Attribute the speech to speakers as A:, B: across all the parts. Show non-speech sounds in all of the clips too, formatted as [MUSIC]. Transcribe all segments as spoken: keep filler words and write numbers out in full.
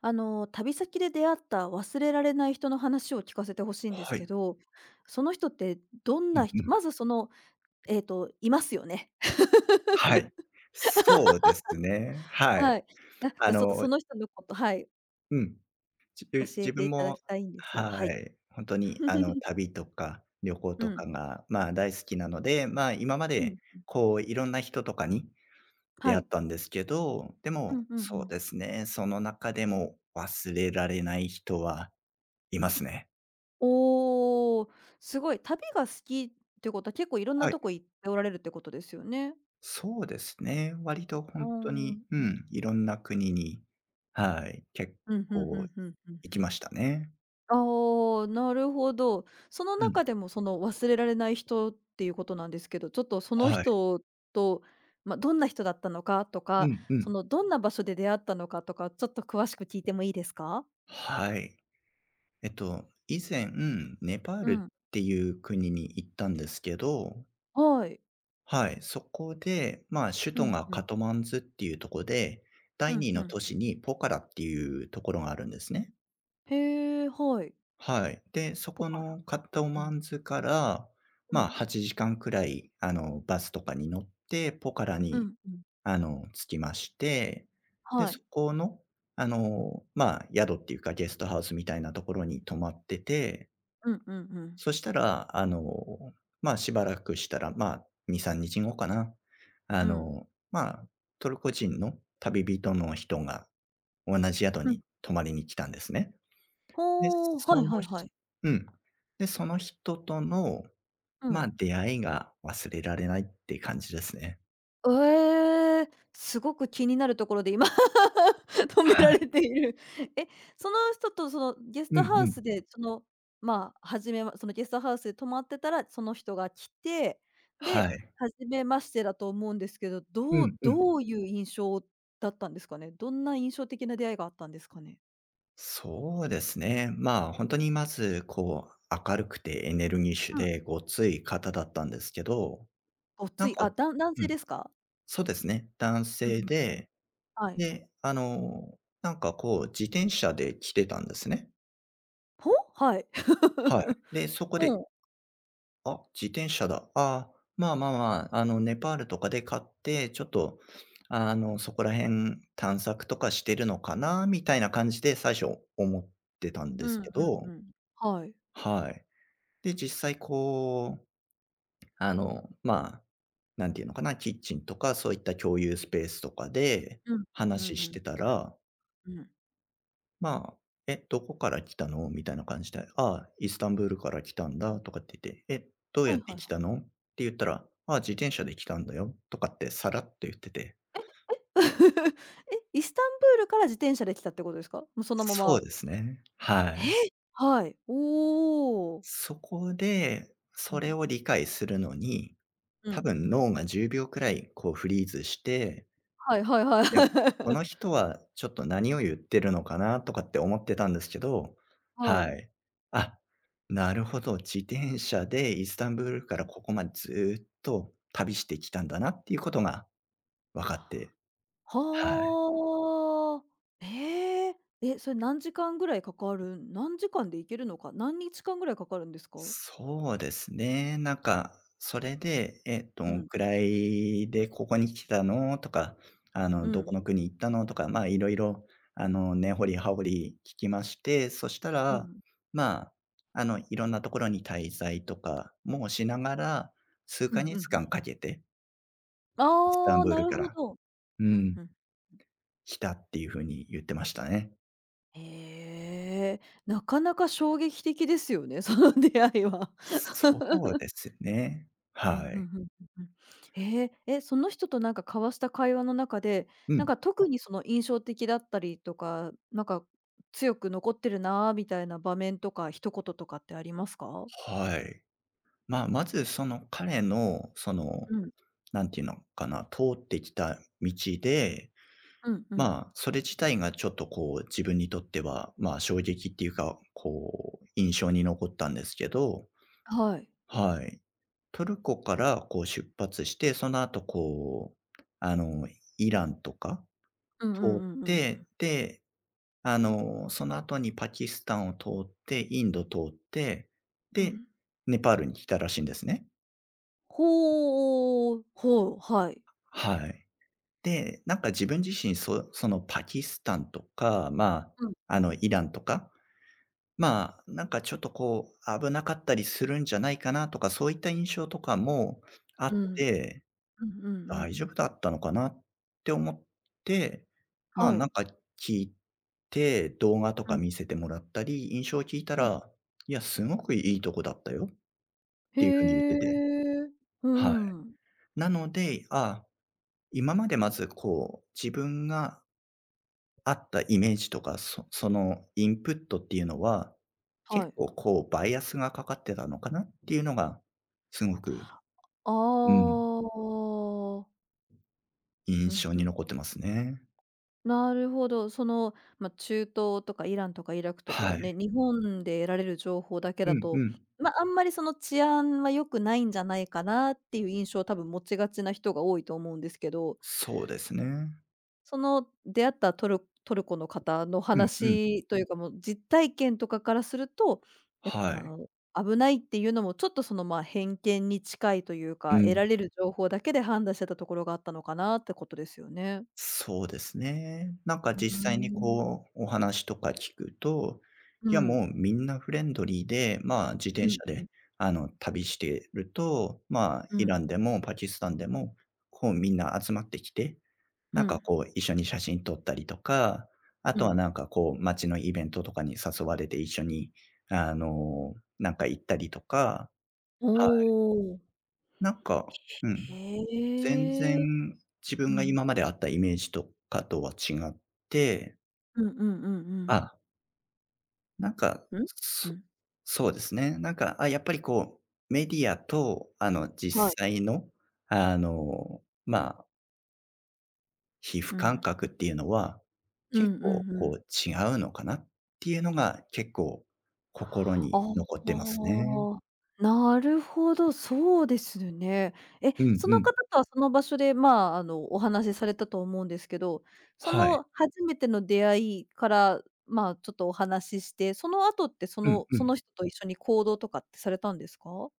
A: あの、旅先で出会った忘れられない人の話を聞かせてほしいんです
B: はい。
A: けど、その人ってどん
B: う
A: な
B: んう
A: 人
B: ん。
A: まずその、えっと、いますよね。[LAUGHS]
B: はい。そうですね。はい。
A: はい。あ、じ
B: あ
A: ゃあちょっと
B: の、
A: その人のこと、はい、
B: うん。じ
A: 教え
B: 自
A: て
B: 分
A: いただ
B: も、
A: きたいんですが、は
B: は
A: い。
B: い。ほんとに、あの、
A: [LAUGHS]
B: 旅とか旅行
A: う
B: と
A: ん。
B: かが、まあ、大好きなので、まあ、今ま
A: う
B: で、
A: ん。
B: こう、いろんな人とかに
A: は
B: 出会っ
A: い。
B: たんですけど、で
A: う
B: も、
A: んうんう
B: そう
A: ん。
B: ですね、その中でも忘れられない人はいますね。
A: おお、すごい。旅が好きってことは結構いろんな
B: はい。
A: とこ行っておられるってことですよね。
B: そうですね。割と
A: う
B: 本当
A: ん。う
B: に、う
A: ん。
B: ん、いろんな国に、はい、結
A: うん、うんう
B: 構
A: んうん
B: 行
A: う
B: きま
A: ん。
B: したね。
A: ああ、なるほど。その
B: うん。
A: 中でもその忘れられない人っていうことなんですけど、ちょっとその
B: はい。
A: 人と、ま、どんな人だったのかと
B: う
A: か、
B: んう
A: そ
B: ん。
A: のどんな場所で出会ったのかとか、ちょっと詳しく聞いてもいいですか？
B: はい。えっと、以前、ネパー
A: う
B: ル
A: ん、
B: っていう国に行ったんですけど、
A: はい。
B: はい、そこで、まあ、首
A: う
B: 都
A: ん
B: が
A: うん。
B: カトマンズっていうところで、
A: う
B: 第
A: ん
B: 二
A: う
B: の
A: ん
B: 都
A: う
B: 市
A: ん。
B: にポカラっていうところがあるんですね。
A: へえ、はい。
B: はい。で、そ
A: ポ
B: こ
A: カラ。
B: のカッタオ
A: う
B: マ
A: ん。
B: ンズから、
A: う
B: まあ、
A: ん。
B: はちじかんくらい、あの、バスとかに乗って、ポカラ
A: う
B: に、
A: んうん。
B: あの、着きまして、で、
A: は
B: そ
A: い。
B: この、あの、まあ、宿っていうか、ゲストハウスみたいなところに泊まってて、
A: うんうんうん。
B: そしたら、あの、まあ、しばらくしたら、まあ、に、みっかごかな。あ
A: うん。
B: の、まあ、トルコ人の旅人の人が同じ宿
A: うん。
B: に泊まりに来たんですね。で、
A: ほお、は
B: そ
A: い
B: の
A: はい
B: ひ
A: はい。
B: うん。で、その人との、
A: う
B: ま
A: ん。
B: あ、出会いが忘れられないって感じですね。
A: ええ、すごく気になるところで今 [LAUGHS] 止め
B: は
A: られ
B: い。
A: ている。え、その人とそのゲス
B: うん
A: トハ
B: う
A: ウ
B: ん。
A: スで、その、まあ、初めま、そのゲストハウスで泊まってたら、その人が来て、
B: は
A: で、
B: い。
A: 初めましてだと思うんですけど、
B: う
A: どう
B: んうん。
A: どういう印象だったんですかね？どんな印象的な出会いがあったんですかね？
B: そうですね。まあ、ほんとにまず、こう、明るくてエネルギッシュ
A: うん、
B: でごつい方だったんですけど、
A: ご
B: な
A: つ
B: ん
A: い、
B: か
A: あ、だん男
B: う
A: 性
B: ん、
A: ですか？
B: そうですね、男
A: うん
B: 性
A: うんうん。
B: で、
A: はい。
B: で、あの、なんかこう、自転車で来てたんですね。
A: ほ？はい。
B: はい。
A: [LAUGHS]
B: で、そこで
A: ほう。
B: あ、自転車だ。あーまあまあまあ、あの、ネパールとかで買って、ちょっと、あの、そこら辺探索とかしてるのかなみたいな感じで最初思ってたん
A: う
B: で
A: ん
B: すけ
A: うんう
B: ど、
A: ん。はい。
B: はい。で、実際こう、あの、まあ、なんていうのかな、キッチンとかそういった共有スペースとかで
A: うん、うんう
B: 話
A: んう
B: し
A: ん。
B: てたら、
A: うん。
B: まあ、「え、どこから来たの？」みたいな感じで、「ああ、イスタンブールから来たんだ」とかって言って、「え、どう
A: は
B: や
A: い
B: っ
A: は
B: て
A: い
B: 来
A: はい。
B: たの？」って言ったら、「ああ、自転車で来たんだよ」とかってさらっと言ってて。
A: [LAUGHS] え、イスタンブールから自転車で来たってことですか？もうそのま
B: そう
A: ま。
B: ですね。はい。
A: え！はい。おお。
B: そこで、
A: う
B: それ
A: ん。
B: を理解するのに、
A: う
B: 多
A: ん。
B: 分脳がじゅうびょうくらいこうフリーズして、
A: はいはいは
B: でも、こ
A: い。
B: の人はちょっと何を言ってるのかなとかって思ってたんですけど、
A: [LAUGHS] はい。
B: はい。あ、なるほど、自転車でイスタンブールか
A: う
B: ら
A: ん。
B: ここまでずっと旅してきたんだなっていうことが分かって、はい。
A: はあ。ええ。え、それ何時間ぐらいかかる、何時間で行けるのか、何日間ぐらいかかるんですか？
B: そうですね。なんか、それで、え、ど
A: う
B: ん
A: ん。
B: くらいでここに来たのとか、あ
A: う
B: の、
A: ん
B: ど
A: う
B: この
A: ん
B: 国行ったのとか、まあ、いろいろ、あの、根掘り葉掘り聞きまして、そした
A: う
B: ら、
A: ん。
B: まあ、あの、いろんなところに滞在とかもしながら、数
A: うんう
B: ヶ
A: んう
B: 月間
A: ん、
B: かけて、イスタ
A: あ
B: ン
A: あ、
B: ブー
A: な
B: ル
A: る
B: か
A: ほ
B: ら、
A: ど。
B: う
A: うん、
B: ん、
A: うん。
B: 来たっていう風に言ってましたね。
A: へえ、なかなか衝撃的ですよね、その出会いは。
B: そう
A: [LAUGHS]
B: ですね。
A: うん、ん
B: は
A: う
B: い。
A: んうんうん。ええ、え、その人となんか交わした会話の中で、
B: う
A: なん
B: ん、
A: か特にその印象的だったりとか、なんか強く残ってるなーみたいな場面とか一言とかってありますか？
B: はい。まあ、まずその彼の、その、
A: うん、
B: なんていうのかな、通ってきた道で、
A: うんうん。
B: まあ、それ自体がちょっとこう、自分にとっては、まあ、衝撃っていうか、こう、印象に残ったんですけど、
A: はい。
B: はい。トルコからこう出発して、その後こう、あの、イランとか
A: うん
B: 通
A: う
B: っ
A: んうんうん。
B: て、で、あの、その後にパキスタンを通って、インド通って、
A: う
B: で、
A: ん。
B: ネパールに来たらしいんですね。
A: ほう、ほう、はい。
B: はい。で、なんか自分自身、そそのパキスタンとか、ま
A: うん、
B: あ、あ
A: う
B: の、
A: ん。
B: イランとか、まあ、なんかちょっとこう、危なかったりするんじゃないかなとか、そういった印象とかもあ
A: うん。
B: って、
A: うんうんう
B: 大
A: ん。
B: 丈夫だったのかなって思って、まあ、
A: は
B: なん
A: い。
B: か聞いて、動画と
A: う
B: か
A: ん。
B: 見せてもらったり、印象を聞いた
A: うん。
B: ら、いや、すごくいいとこだったよっ
A: へ
B: ていう風に言ってて。
A: え。う
B: はい。
A: ん。
B: なので、あ、今までまずこう、自分があったイメージとか、そそのインプットっていうのは、
A: は
B: 結
A: い。
B: 構こうバイアスがかかってたのかなっていうのが、すごく、
A: あ
B: うん、
A: あ。
B: 印
A: うん
B: 象
A: う
B: に
A: ん。
B: 残ってますね。
A: なるほど。その、ま、中東とかイランとかイラクと
B: は
A: か
B: い。
A: ね、日本で得られる情報だけ
B: う
A: だ
B: ん
A: と、
B: うん。
A: ま、あんまりその治安は良くないんじゃないかなっていう印象を多分持ちがちな人が多いと思うんですけど、
B: そうですね。
A: その出会ったトルトルコの方の
B: うんうん。
A: 話というか、もう実体験とかからすると、や、ぱ
B: は
A: あ
B: い。
A: の、危ないっていうのもちょっとその、ま、偏見に近いという
B: う
A: か、得
B: ん。
A: られる情報だけで判断してたところがあったのかなってことですよね。
B: そうですね。なんか
A: うー
B: 実際に
A: ん。
B: こう、お話とか聞くと、
A: う
B: いや、
A: ん。
B: もうみんなフレンドリーで、まあ、自
A: う
B: 転車
A: んうん
B: で、あの、旅してると、まあ、
A: う
B: イ
A: ん
B: ランでもパキスタンでも、こうみんな集まってきて、
A: う
B: なんか
A: ん
B: こう、一緒に写真撮ったりとか、あ
A: う
B: とは
A: ん。
B: なんかこう、街のイベントとかに誘われて一緒に、あの、なんか行ったりとか、
A: お
B: はい。
A: お。
B: なんか、うん。全
A: へ
B: 然
A: え。
B: 自
A: う
B: 分が
A: ん。
B: 今まであったイメージとかとは違って、
A: うんうんうんうん。
B: あ、なんか、
A: うん？う
B: そ
A: ん。
B: そうですね。なんか、あ、やっぱりこう、メディアと、あの、
A: は
B: 実
A: い。
B: 際の、あの、まあ、皮
A: う
B: 膚感
A: ん。
B: 覚っていうのは、
A: うん
B: 結
A: うん
B: 構
A: う
B: こ
A: ん。
B: う違うのかなっていうのが、結構心
A: あ
B: に
A: あ、
B: 残ってますね。
A: なるほど、そうですね。え、
B: うん
A: そ
B: う
A: の
B: ん。
A: 方とはその場所で、まあ、あの、お話しされたと思うんですけど、そ
B: はい。
A: の初めての出会いから、まあ、ちょっとお話しして、その後ってそ
B: うん
A: の、
B: う
A: そ
B: ん。
A: の人と一緒に行動とかってされたんですか？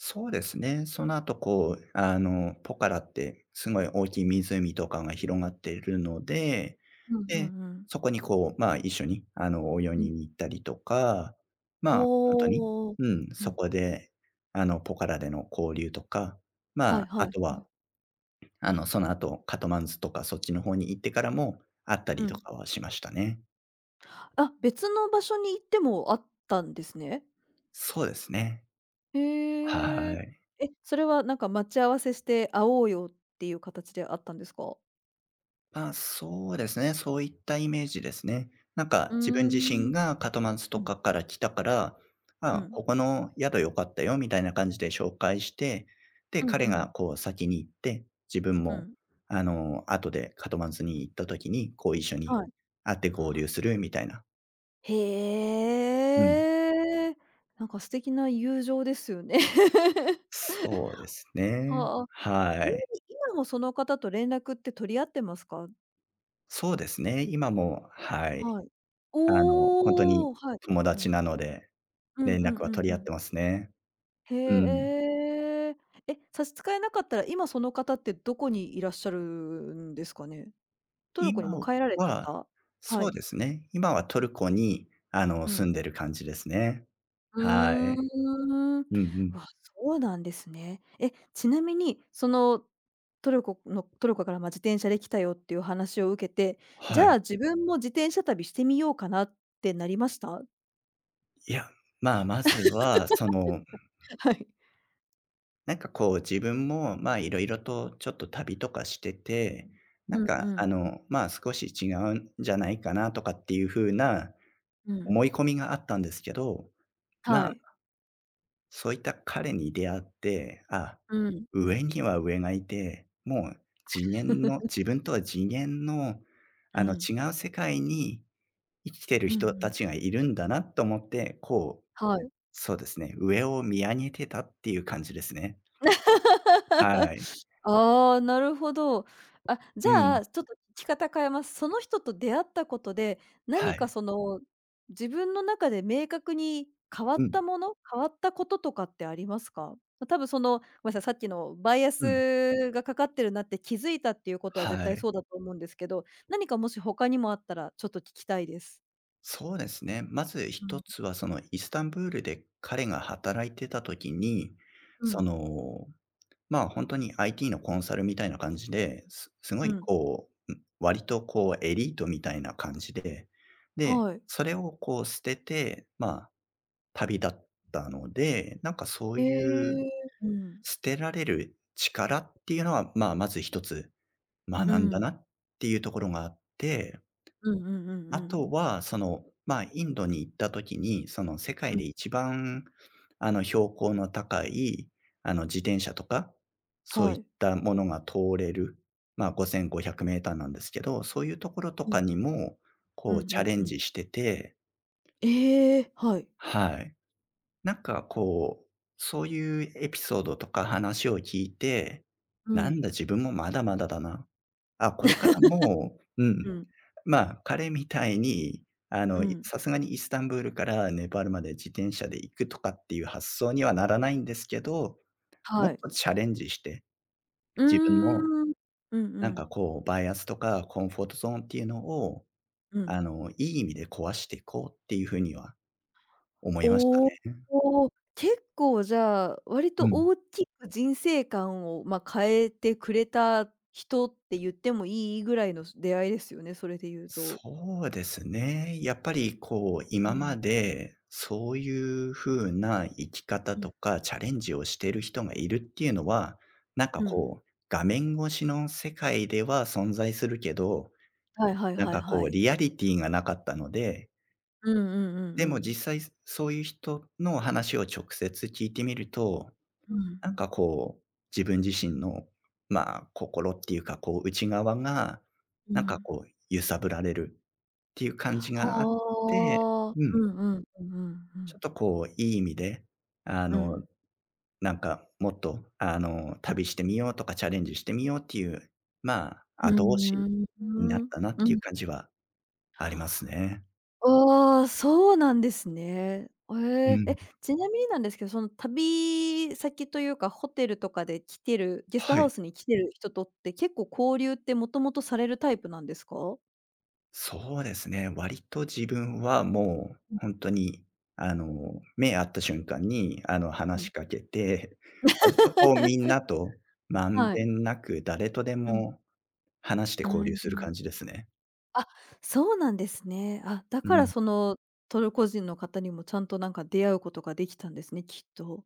B: そうですね。その後、こう、あの、ポカラってすごい大きい湖とかが広がっているので、
A: うんう
B: で、
A: んうん。
B: そこにこう、まあ、一緒に、あの、泳
A: うん。
B: ぎに行ったりとか、まあ、本当とに、
A: ほう。
B: うん、
A: う
B: そ
A: ん。
B: こで、あの、ポカラでの交流とか、
A: は
B: ま
A: い
B: あ、
A: はい。
B: あと
A: うん。
B: は、あの、その後、カトマンズとかそっちの方に行ってからも会った
A: う
B: りと
A: ん。
B: かはしましたね。
A: あ、別の場所に行ってもあったんですね？
B: そうですね。
A: へえ。
B: はい。
A: え、それはなんか待ち合わせして会おうよっていう形であったんですか？
B: あ、そうですね。そういったイメージですね。なん
A: う
B: か自分自
A: ー
B: 身
A: ん。
B: がカトマンズ
A: う
B: と
A: ん、
B: かから来たから、
A: う
B: あ、
A: ん。
B: ここの宿良かったよみたいな感じで紹介して、で、
A: うんう
B: 彼が
A: ん。
B: こう先に行って、自分
A: う
B: も、
A: ん。
B: あの、後でカトマンズに行った時に、こう一緒に
A: はい。
B: 会って合流するみたいな。
A: へ
B: うん。
A: え。なんか素敵な友情ですよね。[LAUGHS]
B: そうですね。
A: はあ。
B: は
A: ちなみ
B: い。
A: に今もその方と連絡って取り合ってますか？
B: そうですね。今も、はい。
A: はい。
B: あの、本当に
A: おお、はい。
B: 友
A: う
B: 達
A: ん。
B: なので、
A: うん
B: 連
A: うん
B: 絡
A: う
B: は
A: ん
B: 取
A: う
B: り合っ
A: ん。
B: てますね。
A: へ
B: うん。
A: え、ええ。え、差し支えなかったら、今その方ってどこにいらっしゃるんですかね？トルコに
B: 今
A: もう帰られ
B: は、
A: た？は
B: そう
A: い。
B: ですね。今はトルコに、あの、
A: う
B: 住
A: ん。
B: んでる感じですね。
A: う
B: はい。
A: ーん。
B: うんうん。
A: わ、そうなんですね。え、ちなみに、その、トルコの、トルコから、ま、自転車で来たよっていう話を受けて、じ
B: は
A: ゃ
B: い。
A: あ自分も自転車旅してみようかなってなりました？
B: いや、まあ、まずは、その、
A: はい。
B: なんかこう自分も、まあ、いろいろとちょっと旅とかしてて、な
A: う
B: ん
A: ん
B: か、
A: う
B: あ
A: ん。
B: の、まあ、少し違うんじゃないかなとかっていう風な
A: うん。
B: 思い込みがあったんですけど、ま
A: は
B: あ
A: い。
B: そういった彼に出会って、あ、
A: うん。
B: 上には上がいて、もう次元の
A: [LAUGHS]
B: 自分とは次元の、
A: う
B: あの、
A: ん。
B: 違う世界に生きてる
A: うんう
B: 人た
A: ん。
B: ちがいるんだなと思って、こう、
A: はい。
B: そうですね、上を見上げてたっていう感じですね。はい。
A: [LAUGHS] ああ、なるほど。あ、じ
B: う
A: ゃ
B: ん。
A: あ、ちょっと聞き方変えます。その人と出会ったことで、何
B: は
A: か
B: い。
A: その、自分の中で明確に変わ
B: う
A: っ
B: ん。
A: たもの、変わったこととかってありますか？ま、多分その、ごめんなさい、さっきのバイア
B: うん。
A: スがかかってるなって気づいたっていうことは絶
B: は
A: 対
B: い。
A: そうだと思うんですけど、何かもし他にもあったらちょっと聞きたいです。
B: そうですね。まず
A: うん、
B: 一つはそのイスタンブールで彼が働いてた時に、
A: う
B: そ
A: ん、
B: のまあ、ほんに アイティー のコンサルみたいな感じで、すすご
A: う
B: い
A: ん。
B: こう、うん、割とこうエリートみたいな感じで、で、
A: はい。
B: それをこう捨てて、まあ、旅立ったので、なんかそう
A: へ
B: いう
A: え。うん。
B: 捨てられる力っていうのは、まあ、まず一つ
A: う
B: 学んだ
A: ん。
B: なっていうところがあって、
A: うんうんうんう
B: あ
A: ん。
B: とは、その、まあ、インドに行った時に、その世
A: う
B: 界
A: ん、
B: で一番、あの、標高の高い、あの、自転車とか、そう
A: は
B: いっ
A: い。
B: たものが通れる、まあ、ごせんごひゃくメートル なんですけど、そういうところと
A: うん。
B: かにも、
A: う
B: こ
A: ん
B: う
A: う
B: チャ
A: ん
B: レ
A: う
B: ン
A: ん。
B: ジしてて、
A: ええ、はい。
B: はい。なんかこう、そういうエピソードとか話を聞いて、
A: う
B: なん
A: ん、
B: だ自分もまだまだだな。あ、これからもう、う
A: う
B: ん。
A: ん、
B: まあ、彼みたいに、あ
A: う
B: の、い
A: ん。
B: さすがにイスタンブールからネパールまで自転車で行くとかっていう発想にはならないんですけど、もっ
A: はい。
B: とチャレンジして、
A: うー
B: 自分の
A: ん。うんう
B: なん
A: ん、
B: かこう、バイアスとかコンフォートゾーンっていうのを、
A: う
B: あ
A: ん。
B: の、いい意味で壊していこうっていうふうには思いました
A: お
B: ね。
A: お、結構じゃあ、割と
B: うん。
A: 大きく人生観を、ま、変えてくれた人って言ってもいいぐらいの出会いですよね、それで言うと。
B: そうですね。やっぱりこう、
A: う
B: 今
A: ん、
B: までそういう風な生き方
A: うん、
B: とか、チャレンジをしている人がいるっていうのは、なんか
A: うん。
B: こう、画面越しの世界では存在するけど、
A: はいはい
B: なん
A: はい
B: かこ
A: は
B: う、
A: い。
B: リアリティがなかったので、
A: うんうんうんう
B: でも
A: ん。
B: 実際そういう人の話を直接聞いてみると、
A: うん、
B: なんかこう、自分自身の、まあ、心っていうか、こう、内側が、
A: う
B: なんか
A: ん。
B: こう、揺さぶられるていう感じ
A: は
B: があって、
A: あ。
B: う
A: う
B: ん、
A: んうんうんうんう
B: ちょ
A: ん。
B: っとこういい意味で、あ
A: うん。
B: の、なんかもっとあの、旅してみようとかチャレンジしてみようっていう、まあ、
A: ふ
B: 後
A: ん、
B: 押し
A: ふ
B: になっ
A: ん。
B: たなっ
A: う
B: ていう
A: ん。
B: 感じはありますね。
A: ああ、そうなんですね。え
B: う
A: え。
B: ん。
A: え、ちなみになんですけど、その旅先というか、ホテルとかで来てる、ゲスト
B: は
A: ハウ
B: い。
A: スに来てる人とって結構交流ってもともとされるタイプなんですか？
B: そうですね。割と自分はもう
A: うん
B: 本当に、あの、目合った瞬間に、あの、
A: う
B: 話
A: ん。
B: しかけて、[LAUGHS] 割とこうみんなとまん
A: は
B: べ
A: い。
B: んなく誰とで
A: うん。
B: も話して
A: う
B: 交流
A: ん。う
B: する
A: ん、
B: 感じですね。
A: あ、そうなんですね。あ、だ
B: う
A: から
B: ん。
A: そのトルコ人の方にもちゃんとなんか出会うことができたんですね、きっと。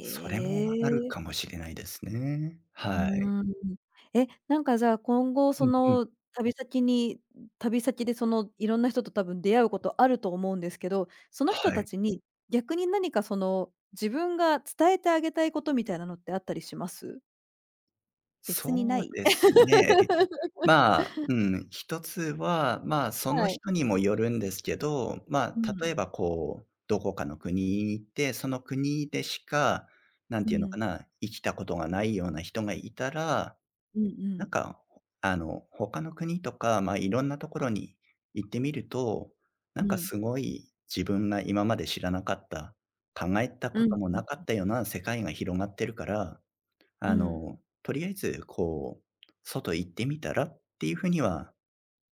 B: それもある
A: え。
B: かもしれないですね。
A: う
B: はい。
A: ーん。え、なんかじゃあ、今後
B: う
A: そ
B: んうん。
A: の旅先に、旅先でそのいろんな人と多分出会うことあると思うんですけど、その人
B: は
A: た
B: い。
A: ちに逆に何かその、自分が伝えてあげたいことみたいなのってあったりします？別にな
B: そう
A: い？
B: ですね。まあ、うん、一つは、まあ、その
A: はい。
B: 人にもよるんですけど、ま
A: う
B: あ、例
A: ん。
B: えばこう、どこかの国に行って、その国でしか、なん
A: う
B: ていうのか
A: ん。
B: な、生きたことがないような人がいたら、
A: うんう
B: な
A: ん。
B: んか、あの、他の国とか、まあ、いろんなところに行ってみると、な
A: う
B: んか
A: ん。
B: すごい自分が今まで知らなかった、考えたこ
A: うん、
B: とも
A: う
B: なか
A: ん、
B: ったような世界が広がってるから、
A: う
B: あ
A: ん。
B: の、とりあえずこう、外行ってみたらっていうふうには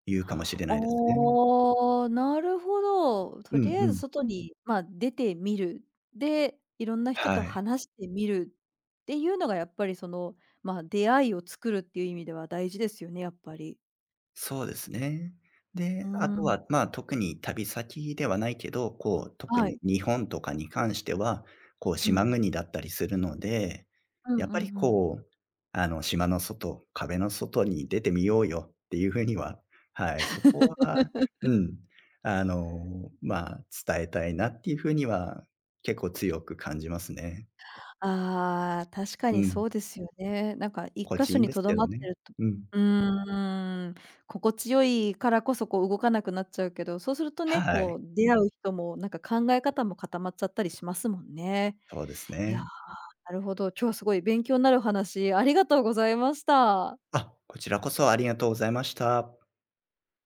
B: 言うかもしれないですね。
A: ああ、なるほど。と
B: うん
A: りあえ
B: う
A: ず
B: ん。
A: 外に、まあ、出てみる。で、いろんな人と
B: はい。
A: 話してみるっていうのがやっぱりその、まあ、出会いを作るっていう意味では大事ですよね、やっぱり。
B: そうですね。
A: うー
B: で、あと
A: ん、
B: は、まあ、特に旅先ではないけど、こう、特
A: は
B: に
A: い。
B: 日本とかに関しては、こう、
A: う
B: 島
A: ん。
B: 国だったりするので、
A: うんう
B: や
A: ん
B: っぱ
A: う
B: り
A: ん。
B: こう、あの、島の外、壁の外に出てみようよっていうふうには、はい、そこは、
A: [LAUGHS]
B: うん、あの、まあ、伝えたいなっていうふうには、結構強く感じますね。
A: ああ、確か
B: う
A: に
B: ん。
A: そうですよね。なんか一
B: 心
A: 箇
B: 地い
A: 所
B: いん
A: に
B: で
A: と
B: す
A: ど
B: け
A: まっ
B: ど
A: て
B: ね。
A: ると
B: うん。
A: うーん、心地よいからこそこう動かなくなっちゃうけど、そうするとね、
B: はい、
A: こう出会う人もなんか考え方も固まっちゃったりしますもんね。
B: そうです
A: いやー、
B: ね。
A: なるほど、今日はすごい勉強になるお話ありがとうございました。
B: あ、こちらこそありがとうございました。